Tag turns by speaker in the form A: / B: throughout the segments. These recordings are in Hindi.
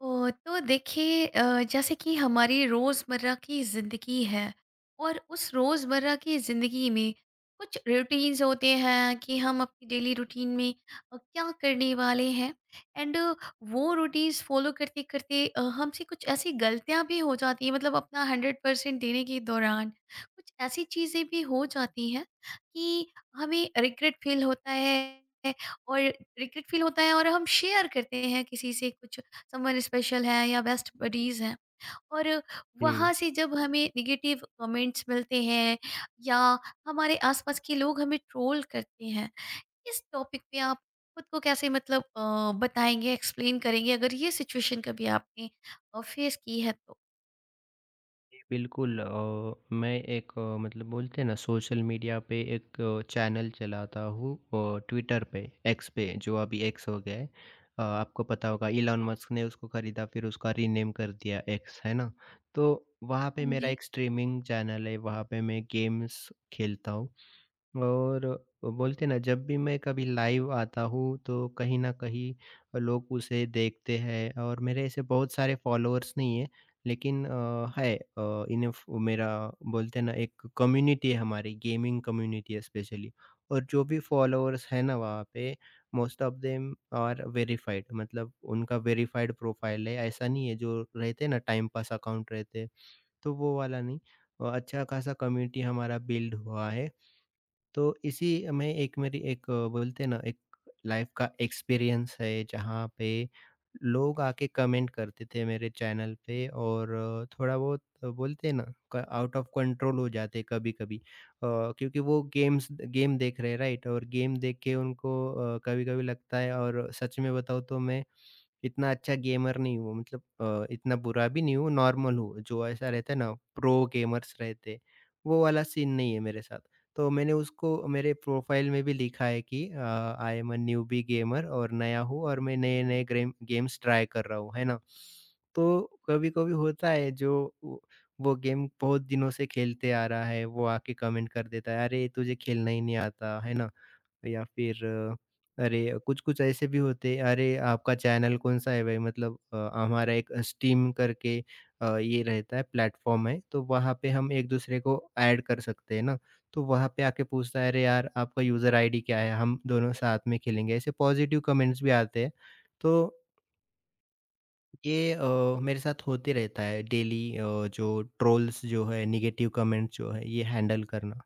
A: ओ, तो देखिए जैसे कि हमारी रोज़मर्रा की ज़िंदगी है और उस रोज़मर्रा की ज़िंदगी में कुछ रूटीन्स होते हैं कि हम अपनी डेली रूटीन में क्या करने वाले हैं। एंड वो रूटीन्स फॉलो करते करते हमसे कुछ ऐसी गलतियां भी हो जाती हैं, मतलब अपना 100% देने के दौरान कुछ ऐसी चीज़ें भी हो जाती हैं कि हमें रिग्रेट फील होता है और रिग्रेट फील होता है, और हम शेयर करते हैं किसी से कुछ, समवन स्पेशल है या बेस्ट बडीज़ हैं, और वहाँ
B: जी,
A: से जब हमें नेगेटिव कमेंट्स मिलते हैं या हमारे आसपास के लोग हमें ट्रोल करते हैं, इस टॉपिक पे आप खुद को कैसे, मतलब बताएँगे, एक्सप्लेन करेंगे अगर ये सिचुएशन कभी आपने फेस की है तो?
B: जी बिल्कुल मैं एक मतलब बोलते हैं ना सोशल मीडिया पे एक चैनल चलाता हूँ ट्विटर पे एक्स पे जो अभी एक्स हो गया है। आपको पता होगा, इलॉन मस्क ने उसको खरीदा, फिर उसका रीनेम कर दिया एक्स, है ना। तो वहाँ पे
A: हाँ
B: मेरा
A: जी।
B: एक स्ट्रीमिंग चैनल है, वहाँ पे मैं गेम्स खेलता हूँ। और बोलते हैं ना, जब भी मैं कभी लाइव आता हूँ तो कहीं न कहीं लोग उसे देखते हैं, और मेरे ऐसे बहुत सारे फॉलोअर्स नहीं हैं लेकिन है इनफ मेरा। बोलते हैं ना एक कम्युनिटी है, हमारी गेमिंग कम्युनिटी है स्पेशली। और जो भी फॉलोअर्स हैं ना वहाँ पे, most of them are verified, मतलब उनका वेरिफाइड प्रोफाइल है। ऐसा नहीं है जो रहते हैं ना टाइम पास अकाउंट रहते हैं, तो वो वाला नहीं। अच्छा खासा कम्युनिटी हमारा बिल्ड हुआ है। तो इसी में एक मेरी एक बोलते हैं ना एक लाइफ का एक्सपीरियंस है, जहाँ पे लोग आके कमेंट करते थे मेरे चैनल पे, और थोड़ा बहुत बोलते हैं ना आउट ऑफ कंट्रोल हो जाते कभी कभी, क्योंकि वो गेम देख रहे हैं राइट, और गेम देख के उनको कभी कभी लगता है। और सच में बताऊँ तो मैं इतना अच्छा गेमर नहीं हूँ, मतलब इतना बुरा भी नहीं हूँ, नॉर्मल हूँ। जो ऐसा रहता है ना प्रो गेमर्स रहते, वो वाला सीन नहीं है मेरे साथ। तो मैंने उसको मेरे प्रोफाइल में भी लिखा है कि I am a newbie gamer, और नया हूँ और मैं नए नए ग्रेम गेम्स ट्राई कर रहा हूँ, है ना। तो कभी कभी होता है जो वो वो गेम बहुत दिनों से खेलते आ रहा है, वो आके कमेंट कर देता है, अरे तुझे खेलना ही नहीं आता है ना। या फिर अरे कुछ-कुछ ऐसे भी होते हैं, "अरे! आपका चैनल कौन-सा है भाई?" मतलब हमारा एक स्टीम करके ये रहता है प्लेटफ़ॉर्म है, तो वहाँ पे हम एक-दूसरे को ऐड कर सकते हैं ना, तो वहाँ पे आके पूछता है, "अरे यार! आपका यूज़र आईडी क्या है? हम दोनों साथ में खेलेंगे।" ऐसे पॉज़िटिव कमेंट्स भी आते हैं। तो ये मेरे साथ होते रहता है डेली, जो ट्रोल्स जो है, नेगेटिव कमेंट्स जो है, ये हैंडल करना।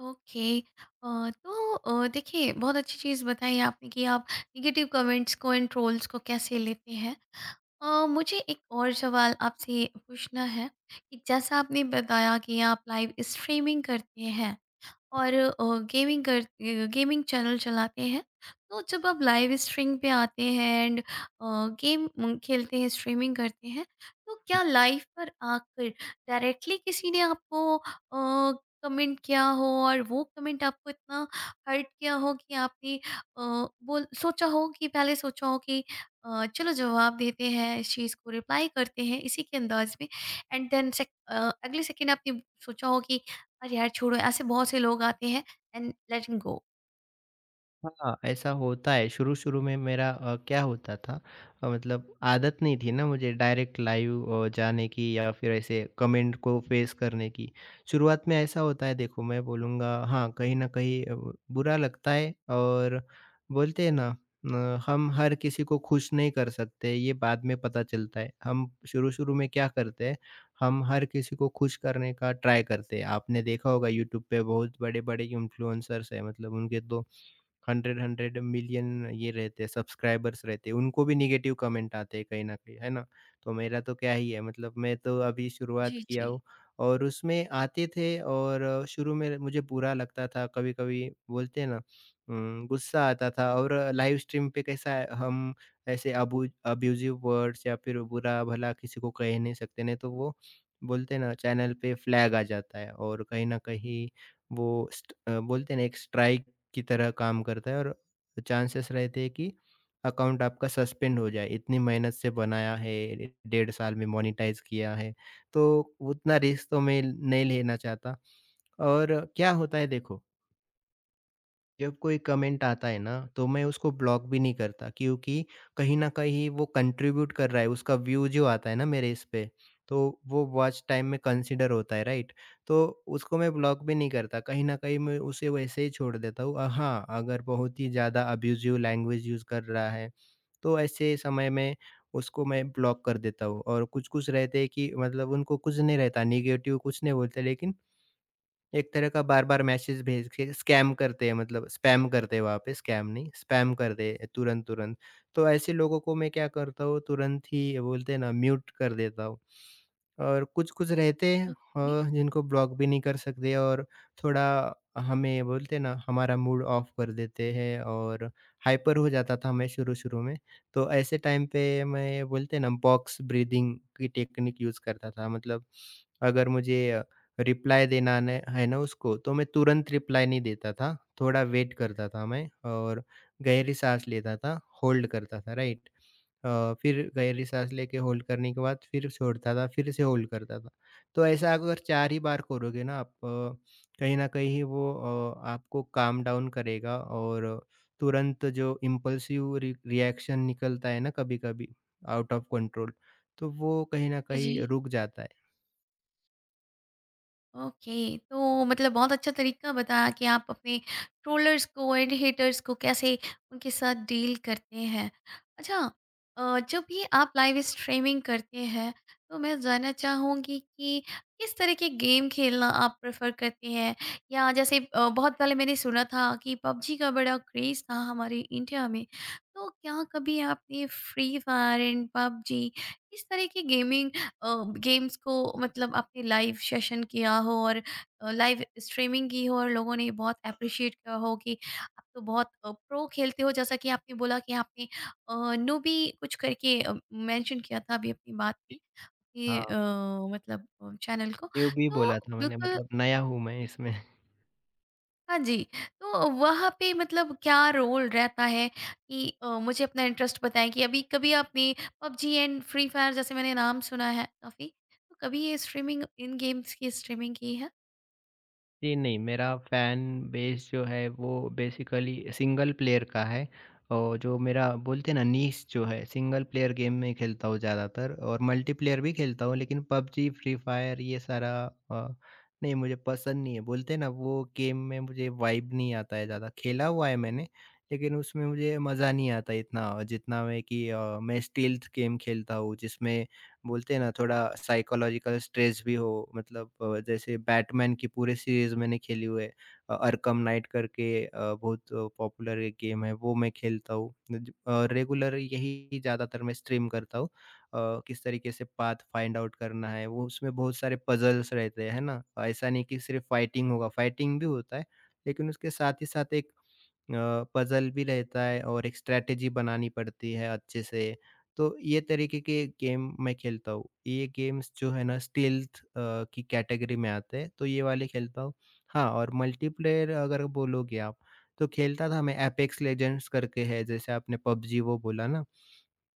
A: ओके। तो देखिए, बहुत अच्छी चीज़ बताई आपने कि आप नेगेटिव कमेंट्स को एंड ट्रोल्स को कैसे लेते हैं। मुझे एक और सवाल आपसे पूछना है कि जैसा आपने बताया कि आप लाइव स्ट्रीमिंग करते हैं और गेमिंग चैनल चलाते हैं। तो जब आप लाइव स्ट्रीम पे आते हैं एंड गेम खेलते हैं, स्ट्रीमिंग करते हैं, तो क्या लाइव पर आकर डायरेक्टली किसी ने आपको कमेंट किया हो और वो कमेंट आपको इतना हर्ट किया हो कि आपने अ, बोल सोचा हो कि पहले सोचा हो कि चलो जवाब देते हैं, इस चीज़ को रिप्लाई करते हैं इसी के अंदाज में, एंड देन अगले सेकेंड आपने सोचा हो कि अरे यार छोड़ो, ऐसे बहुत से लोग आते हैं एंड लेटिंग गो।
B: हाँ, ऐसा होता है। शुरू-शुरू में मेरा क्या होता था, मतलब आदत नहीं थी ना मुझे डायरेक्ट लाइव जाने की या फिर ऐसे कमेंट को फेस करने की। शुरुआत में ऐसा होता है, देखो मैं बोलूँगा हाँ, कहीं न कहीं बुरा लगता है। और बोलते हैं ना, हम हर किसी को खुश नहीं कर सकते, ये बाद में पता चलता है। हम शुरू-शुरू में क्या करते हैं, हम हर किसी को खुश करने का ट्राई करते हैं। आपने देखा होगा यूट्यूब पे बहुत बड़े-बड़े इन्फ्लुएंसर्स हैं, मतलब उनके तो 100-100 मिलियन ये रहते हैं, सब्सक्राइबर्स रहते हैं, उनको भी नेगेटिव कमेंट आते हैं कहीं न कहीं, है ना? तो मेरा तो क्या ही है, मतलब मैं तो अभी
A: जी,
B: शुरुआत
A: जी।
B: किया
A: जी।
B: हूँ। और उसमें आते थे, और शुरू में मुझे बुरा लगता था, कभी-कभी बोलते हैं ना गुस्सा आता था। और लाइव स्ट्रीम पे कैसा है, हम ऐसे अबू अब्यूज़िव वर्ड्स या फिर बुरा-भला किसी को कह नहीं सकते, नहीं तो वो बोलते हैं ना चैनल पे फ्लैग आ जाता है, और कहीं न कहीं वो बोलते हैं ना एक स्ट्राइक की तरह काम करता है, और चांसेस रहते हैं कि अकाउंट आपका सस्पेंड हो जाए। इतनी मेहनत से बनाया है, 1.5 साल में मोनेटाइज किया है, तो उतना रिस्क तो मैं नहीं लेना चाहता। और क्या होता है देखो, जब कोई कमेंट आता है ना, तो मैं उसको ब्लॉक भी नहीं करता, क्योंकि कहीं न कहीं वो कंट्रीब्यूट कर रहा है, उसका व्यू जो आता है ना मेरे इस पे, तो वो वॉच टाइम में कंसीडर होता है, राइट? तो उसको मैं ब्लॉक भी नहीं करता, कहीं न कहीं मैं उसे वैसे ही छोड़ देता हूँ। हाँ, अगर बहुत ही ज़्यादा अब्यूज़िव लैंग्वेज यूज़ कर रहा है, तो ऐसे समय में उसको मैं ब्लॉक कर देता हूँ। और कुछ-कुछ रहते हैं कि मतलब उनको कुछ नहीं रहता, नेगेटिव कुछ नहीं बोलते, लेकिन एक तरह का बार-बार मैसेज भेज के स्कैम करते हैं, मतलब स्पैम करते हैं, वहाँ पे स्कैम नहीं, स्पैम करते हैं तुरंत-तुरंत। तो ऐसे लोगों को मैं क्या करता हूँ, तुरंत ही बोलते हैं ना म्यूट कर देता हूँ। और कुछ-कुछ रहते हैं
A: ओके।
B: जिनको ब्लॉक भी नहीं कर सकते, और थोड़ा हमें बोलते हैं ना हमारा मूड ऑफ कर देते हैं, और हाइपर हो जाता था मैं शुरू-शुरू में। तो ऐसे टाइम पे मैं बोलते हैं ना बॉक्स ब्रीथिंग की टेक्निक यूज़ करता था। मतलब अगर मुझे रिप्लाई देना ने है ना उसको, तो मैं तुरंत रिप्लाई नहीं देता था, थोड़ा वेट करता था मैं, और गहरी साँस लेता था, होल्ड करता था, राइट? फिर गहरी साँस लेके होल्ड करने के बाद फिर छोड़ता था, फिर से होल्ड करता था। तो ऐसा अगर 4 ही बार करोगे ना आप, कहीं न कहीं वो आपको काम डाउन करेगा, और तुरंत जो इम्पल्सिव रि रिएक्शन निकलता है ना कभी-कभी आउट ऑफ कंट्रोल, तो वो कहीं न
A: जी।
B: कहीं रुक जाता है।
A: ओके, तो मतलब बहुत अच्छा तरीका बताया कि आप अपने ट्रोलर्स को एंड हेटर्स को कैसे, उनके साथ डील करते हैं। अच्छा, जब भी आप लाइव स्ट्रीमिंग करते हैं तो मैं जानना चाहूँगी कि किस तरह के गेम खेलना आप प्रेफर करते हैं। या जैसे बहुत पहले मैंने सुना था कि पबजी का बड़ा क्रेज़ था हमारे इंडिया में, तो क्या कभी आपने फ्री फायर एंड पबजी इस तरह के गेमिंग अ, गेम्स को, मतलब आपने लाइव सेशन किया हो और लाइव स्ट्रीमिंग की हो और लोगों ने बहुत अप्रिशिएट किया हो कि आप तो बहुत प्रो खेलते हो, जैसा कि आपने बोला कि आपने नूबी कुछ करके मेंशन किया था अभी अपनी बात में, ये
B: हाँ।
A: मतलब चैनल को
B: न्यूबी
A: तो
B: बोला था मैंने,
A: बिल्कुल।
B: मतलब नया हूँ मैं इसमें।
A: हाँ जी, तो वहाँ पे मतलब क्या रोल रहता है कि मुझे अपना इंटरेस्ट बताएँ कि अभी कभी आपने पबजी एंड फ्री फायर, जैसे मैंने नाम सुना है काफ़ी, तो कभी ये स्ट्रीमिंग, इन गेम्स की स्ट्रीमिंग की है?
B: जी, नहीं, मेरा फ़ैन बेस जो है वो बेसिकली सिंगल प्लेयर का है, और जो मेरा बोलते हैं ना नीश जो है, सिंगल प्लेयर गेम में खेलता हूँ ज़्यादातर, और मल्टीप्लेयर भी खेलता हूँ, लेकिन पबजी, फ्री फायर ये सारा अ, नहीं, मुझे पसंद नहीं है। बोलते हैं ना वो गेम में मुझे वाइब नहीं आता है ज़्यादा। खेला हुआ है मैंने, लेकिन उसमें मुझे मज़ा नहीं आता इतना, जितना मैं कि मैं स्टील्थ गेम खेलता हूँ, जिसमें बोलते हैं ना थोड़ा साइकोलॉजिकल स्ट्रेस भी हो। मतलब जैसे बैटमैन की पूरे सीरीज मैंने खेली हुई है। अरकम नाइट करके बहुत पॉपुलर एक गेम है, वो मैं खेलता हूँ रेगुलर, यही ज़्यादातर मैं स्ट्रीम करता हूँ। किस तरीके से पाथ फाइंड आउट करना है वो, उसमें बहुत सारे पजल्स रहते हैं है ना, ऐसा नहीं कि सिर्फ फाइटिंग होगा, फाइटिंग भी होता है, लेकिन उसके साथ ही साथ एक पज़ल भी रहता है, और एक स्ट्रैटेजी बनानी पड़ती है अच्छे से। तो ये तरीके के गेम मैं खेलता हूँ। ये गेम्स जो है ना स्टील्थ की कैटेगरी में आते हैं, तो ये वाले खेलता हूँ। हाँ, और मल्टीप्लेयर अगर बोलोगे आप, तो खेलता था मैं एपेक्स लेजेंड्स करके है, जैसे आपने पबजी वो बोला ना,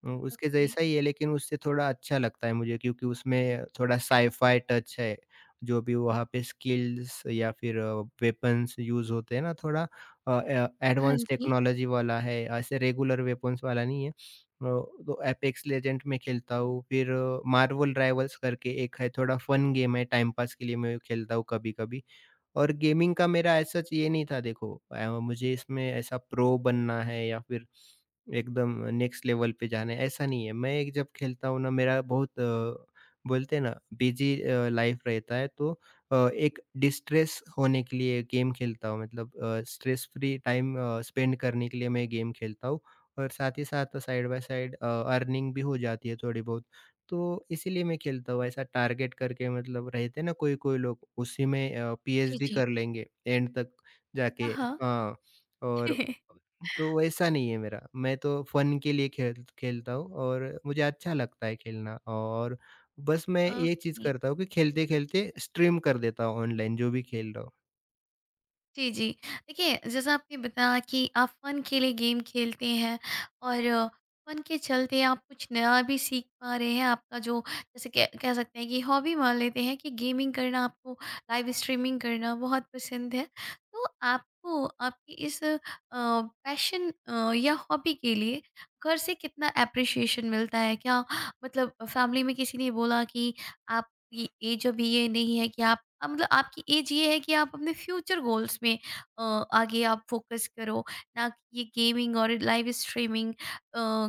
B: हुँ, उसके
A: ओके।
B: जैसा ही है, लेकिन उससे थोड़ा अच्छा लगता है मुझे, क्योंकि उसमें थोड़ा साइ-फाई टच है। जो भी वहाँ पे स्किल्स या फिर वेपन्स यूज़ होते हैं ना, थोड़ा अ, ए
A: हाँ
B: एडवांस
A: जी।
B: टेक्नोलॉजी वाला है, ऐसे रेगुलर वेपन्स वाला नहीं है। तो एपेक्स लेजेंड में खेलता हूँ, फिर मार्वल राइवल्स करके एक है, थोड़ा फन गेम है, टाइम पास के लिए मैं खेलता हूँ कभी-कभी। और गेमिंग का मेरा एज़ सच ये नहीं था देखो, मुझे इसमें ऐसा प्रो बनना है या फिर एकदम नेक्स्ट लेवल पे जाना है, ऐसा नहीं है। मैं एक जब खेलता हूँ ना, मेरा बहुत बोलते हैं ना बिज़ी लाइफ़ रहता है, तो एक डिस्ट्रेस होने के लिए गेम खेलता हूँ, मतलब स्ट्रेस फ्री टाइम स्पेंड करने के लिए मैं गेम खेलता हूँ, और साथ ही साथ साइड बाय साइड अर्निंग भी हो जाती है थोड़ी बहुत। तो इसीलिए मैं खेलता हूँ, ऐसा टारगेट करके, मतलब रहते हैं ना कोई-कोई लोग उसी में
A: जी,
B: पीएचडी
A: जी।
B: कर लेंगे एंड तक जाके,
A: हाँ,
B: हाँ, और
A: हाँ।
B: तो वैसा नहीं है मेरा, मैं तो फ़न के लिए खेल खेलता हूँ, और मुझे अच्छा लगता है खेलना, और बस मैं ये चीज़
A: ओके।
B: करता हूँ कि खेलते-खेलते स्ट्रीम कर देता हूँ ऑनलाइन, जो भी खेल रहा हूँ।
A: जी, जी। देखिए, जैसा आपने बताया कि आप फ़न के लिए गेम खेलते हैं और फ़न के चलते आप कुछ नया भी सीख पा रहे हैं। आपका जो, जैसे कह कह सकते हैं कि हॉबी मान लेते हैं कि गेमिंग करना, आपको लाइव स्ट्रीमिंग करना बहुत पसंद है। तो आपको आपकी इस पैशन या हॉबी के लिए घर से कितना एप्रिशिएशन मिलता है? क्या मतलब फैमिली में किसी ने बोला कि आप ये एज, अभी ये नहीं है कि आप मतलब आपकी एज ये है कि आप अपने फ्यूचर गोल्स में आगे आप फोकस करो, ना कि ये गेमिंग और लाइव स्ट्रीमिंग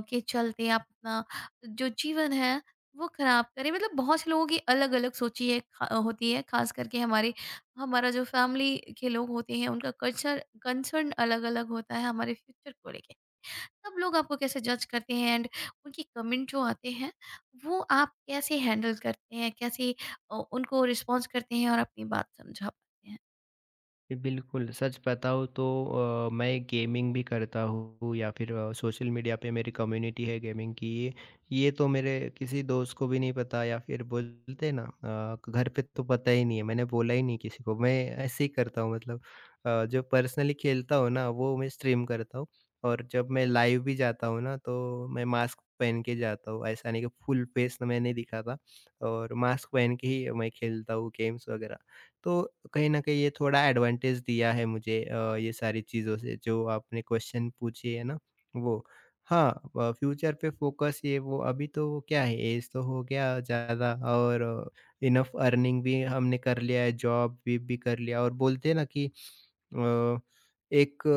A: के चलते आप अपना जो जीवन है वो खराब करें। मतलब बहुत से लोगों की अलग अलग सोची है, होती है, खास करके हमारे, हमारा जो फैमिली के लोग होते हैं उनका कल्चर कंसर्न अलग अलग होता है हमारे फ्यूचर को लेके, सब लोग आपको कैसे जज करते हैं एंड उनके कमेंट जो आते हैं वो आप कैसे हैंडल करते हैं, कैसे उनको रिस्पॉन्स करते हैं और अपनी बात समझा पाते हैं।
B: बिल्कुल, सच बताऊँ तो मैं गेमिंग भी करता हूँ या फिर सोशल मीडिया पे मेरी कम्युनिटी है गेमिंग की, ये तो मेरे किसी दोस्त को भी नहीं पता या फिर बोलते हैं ना घर पे तो पता ही नहीं है, मैंने बोला ही नहीं किसी को। मैं ऐसे ही करता हूँ, मतलब जो पर्सनली खेलता हूँ ना वो मैं स्ट्रीम करता हूँ, और जब मैं लाइव भी जाता हूँ ना, तो मैं मास्क पहन के जाता हूँ, ऐसा नहीं कि फुल फेस, मैं नहीं दिखाता, और मास्क पहन के ही मैं खेलता हूँ गेम्स वगैरह। तो कहीं न कहीं ये थोड़ा एडवांटेज दिया है मुझे ये सारी चीज़ों से, जो आपने क्वेश्चन पूछे है ना वो। हाँ, फ्यूचर पे फोकस, ये वो अभी तो क्या है, ऐज तो हो गया ज़्यादा, और इनफ अर्निंग भी हमने कर लिया है, जॉब भी कर लिया, और बोलते हैं ना कि एक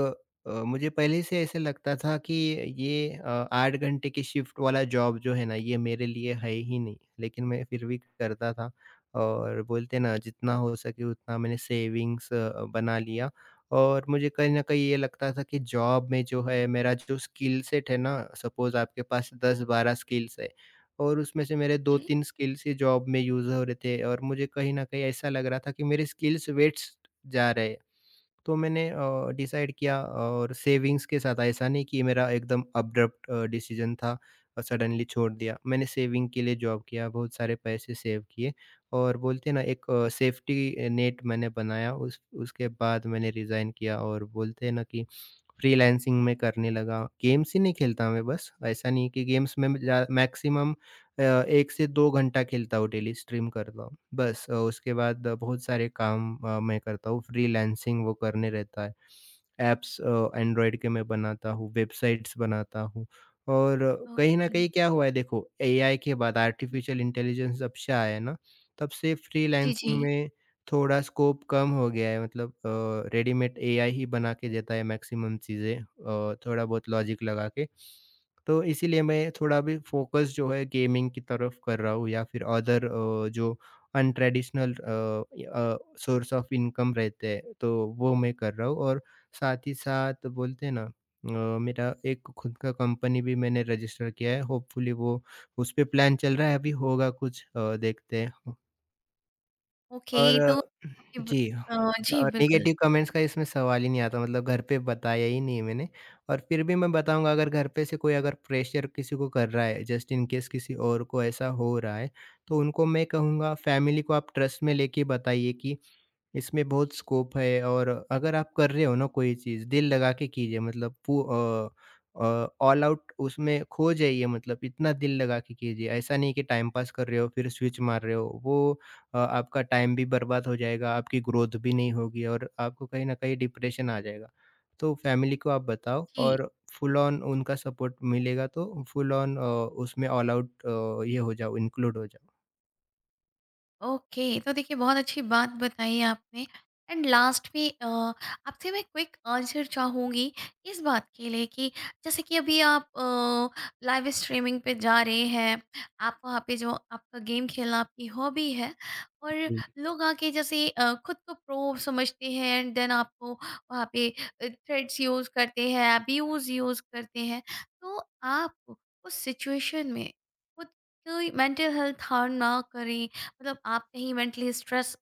B: मुझे पहले से ऐसे लगता था कि ये 8 घंटे की शिफ्ट वाला जॉब जो है ना ये मेरे लिए है ही नहीं, लेकिन मैं फिर भी करता था। और बोलते हैं ना जितना हो सके उतना मैंने सेविंग्स बना लिया। और मुझे कहीं न कहीं ये लगता था कि जॉब में जो है मेरा जो स्किल सेट है ना, सपोज़ आपके पास 10-12 स्किल्स है और उसमें से मेरे
A: जी।
B: 2-3 स्किल्स ही जॉब में यूज़ हो रहे थे। और मुझे कहीं न कहीं ऐसा लग रहा था कि मेरे स्किल्स वेस्ट जा रहे हैं। तो मैंने डिसाइड किया और सेविंग्स के साथ, ऐसा नहीं कि मेरा एकदम अब्रप्ट डिसीजन था और सडनली छोड़ दिया। मैंने सेविंग के लिए जॉब किया, बहुत सारे पैसे सेव किए और बोलते हैं ना, एक सेफ्टी नेट मैंने बनाया। उस उसके बाद मैंने रिज़ाइन किया और बोलते हैं ना कि फ्रीलांसिंग में करने लगा। गेम्स ही नहीं खेलता मैं बस, ऐसा नहीं है कि गेम्स में मैं जा मैक्सिमम 1 से 2 घंटा खेलता हूँ डेली, स्ट्रीम करता हूँ। बस उसके बाद बहुत सारे काम मैं करता हूँ, फ्रीलांसिंग वो करने रहता है। ऐप्स एंड्रॉयड के मैं बनाता हूँ, वेबसाइट्स बनाता हूँ और कहीं न
A: ओके।
B: कहीं क्या हुआ है देखो, एआई के बाद, आर्टिफ़िशियल इंटेलिजेंस जब से आया है ना, तब से
A: जी, जी।
B: फ्रीलांसिंग में थोड़ा स्कोप कम हो गया है। मतलब रेडीमेड एआई ही बना के देता है मैक्सिमम चीज़ें, थोड़ा बहुत लॉजिक लगा के। तो इसीलिए मैं थोड़ा भी फ़ोकस जो है गेमिंग की तरफ कर रहा हूँ, या फिर अदर जो अनट्रेडिशनल सोर्स ऑफ इनकम रहते हैं, तो वो मैं कर रहा हूँ। और साथ ही साथ बोलते हैं ना, मेरा एक खुद का कंपनी भी मैंने रजिस्टर किया है, होपफुली वो, उस पे प्लान चल रहा है, अभी होगा कुछ, देखते हैं।
A: ओके
B: और
A: तो आपने
B: जी,
A: जी
B: और
A: बिल्कुल।
B: नेगेटिव कमेंट्स का इसमें सवाल ही नहीं आता, मतलब घर पे बताया ही नहीं मैंने। और फिर भी मैं बताऊँगा, अगर घर पे से कोई अगर प्रेशर किसी को कर रहा है, जस्ट इन केस किसी और को ऐसा हो रहा है, तो उनको मैं कहूँगा, फैमिली को आप ट्रस्ट में लेके बताइए कि इसमें बहुत स्कोप है। और अगर आप कर रहे हो ना कोई चीज़, दिल लगा के कीजिए, मतलब ऑल आउट उसमें खो जाइए, मतलब इतना दिल लगा के कीजिए। ऐसा नहीं कि टाइम पास कर रहे हो फिर स्विच मार रहे हो। वो आपका टाइम भी बर्बाद हो जाएगा, आपकी ग्रोथ भी नहीं होगी और आपको कहीं न कहीं डिप्रेशन आ जाएगा। तो फैमिली को आप बताओ
A: जी।
B: और फुल ऑन उनका सपोर्ट मिलेगा, तो फुल ऑन उसमें ऑल आउट ये हो जाओ, इंक्लूड हो जाओ।
A: ओके, तो देखिए, बहुत अच्छी बात बताई आपने। एंड लास्ट में आपसे मैं क्विक आंसर चाहूँगी इस बात के लिए कि जैसे कि अभी आप लाइव स्ट्रीमिंग पे जा रहे हैं, आप वहाँ पे जो, आपका गेम खेलना आपकी हॉबी है, और लोग आके जैसे खुद को प्रो समझते हैं एंड देन आपको वहाँ पे थ्रेड्स यूज़ करते हैं, अब्यूज़ यूज़ करते हैं, तो आप उस सिचुएशन में खुद कोई मेंटल हेल्थ हार्म ना करें, मतलब आप कहीं मेंटली स्ट्रेस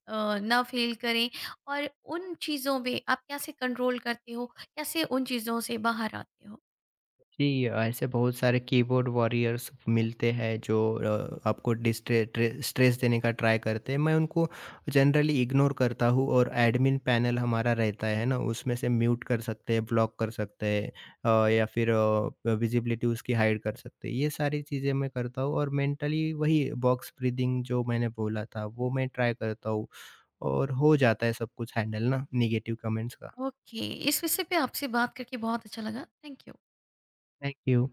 A: ना फील करें, और उन चीज़ों पे आप कैसे कंट्रोल करते हो, कैसे उन चीज़ों से बाहर आते हो?
B: जी, ऐसे बहुत सारे कीबोर्ड वॉरियर्स मिलते हैं जो आपको डिस्ट्रे ट्रे स्ट्रेस देने का ट्राई करते हैं। मैं उनको जनरली इग्नोर करता हूँ। और एडमिन पैनल हमारा रहता है ना, उसमें से म्यूट कर सकते हैं, ब्लॉक कर सकते हैं, या फिर विजिबिलिटी उसकी हाइड कर सकते हैं। ये सारी चीज़ें मैं करता हूँ। और मेंटली वही बॉक्स ब्रीथिंग जो मैंने बोला था, वो मैं ट्राई करता हूँ और हो जाता है सब कुछ हैंडल ना, नेगेटिव कमेंट्स का।
A: ओके, इस विषय पे आपसे बात करके बहुत अच्छा लगा। Thank you.
B: Thank you.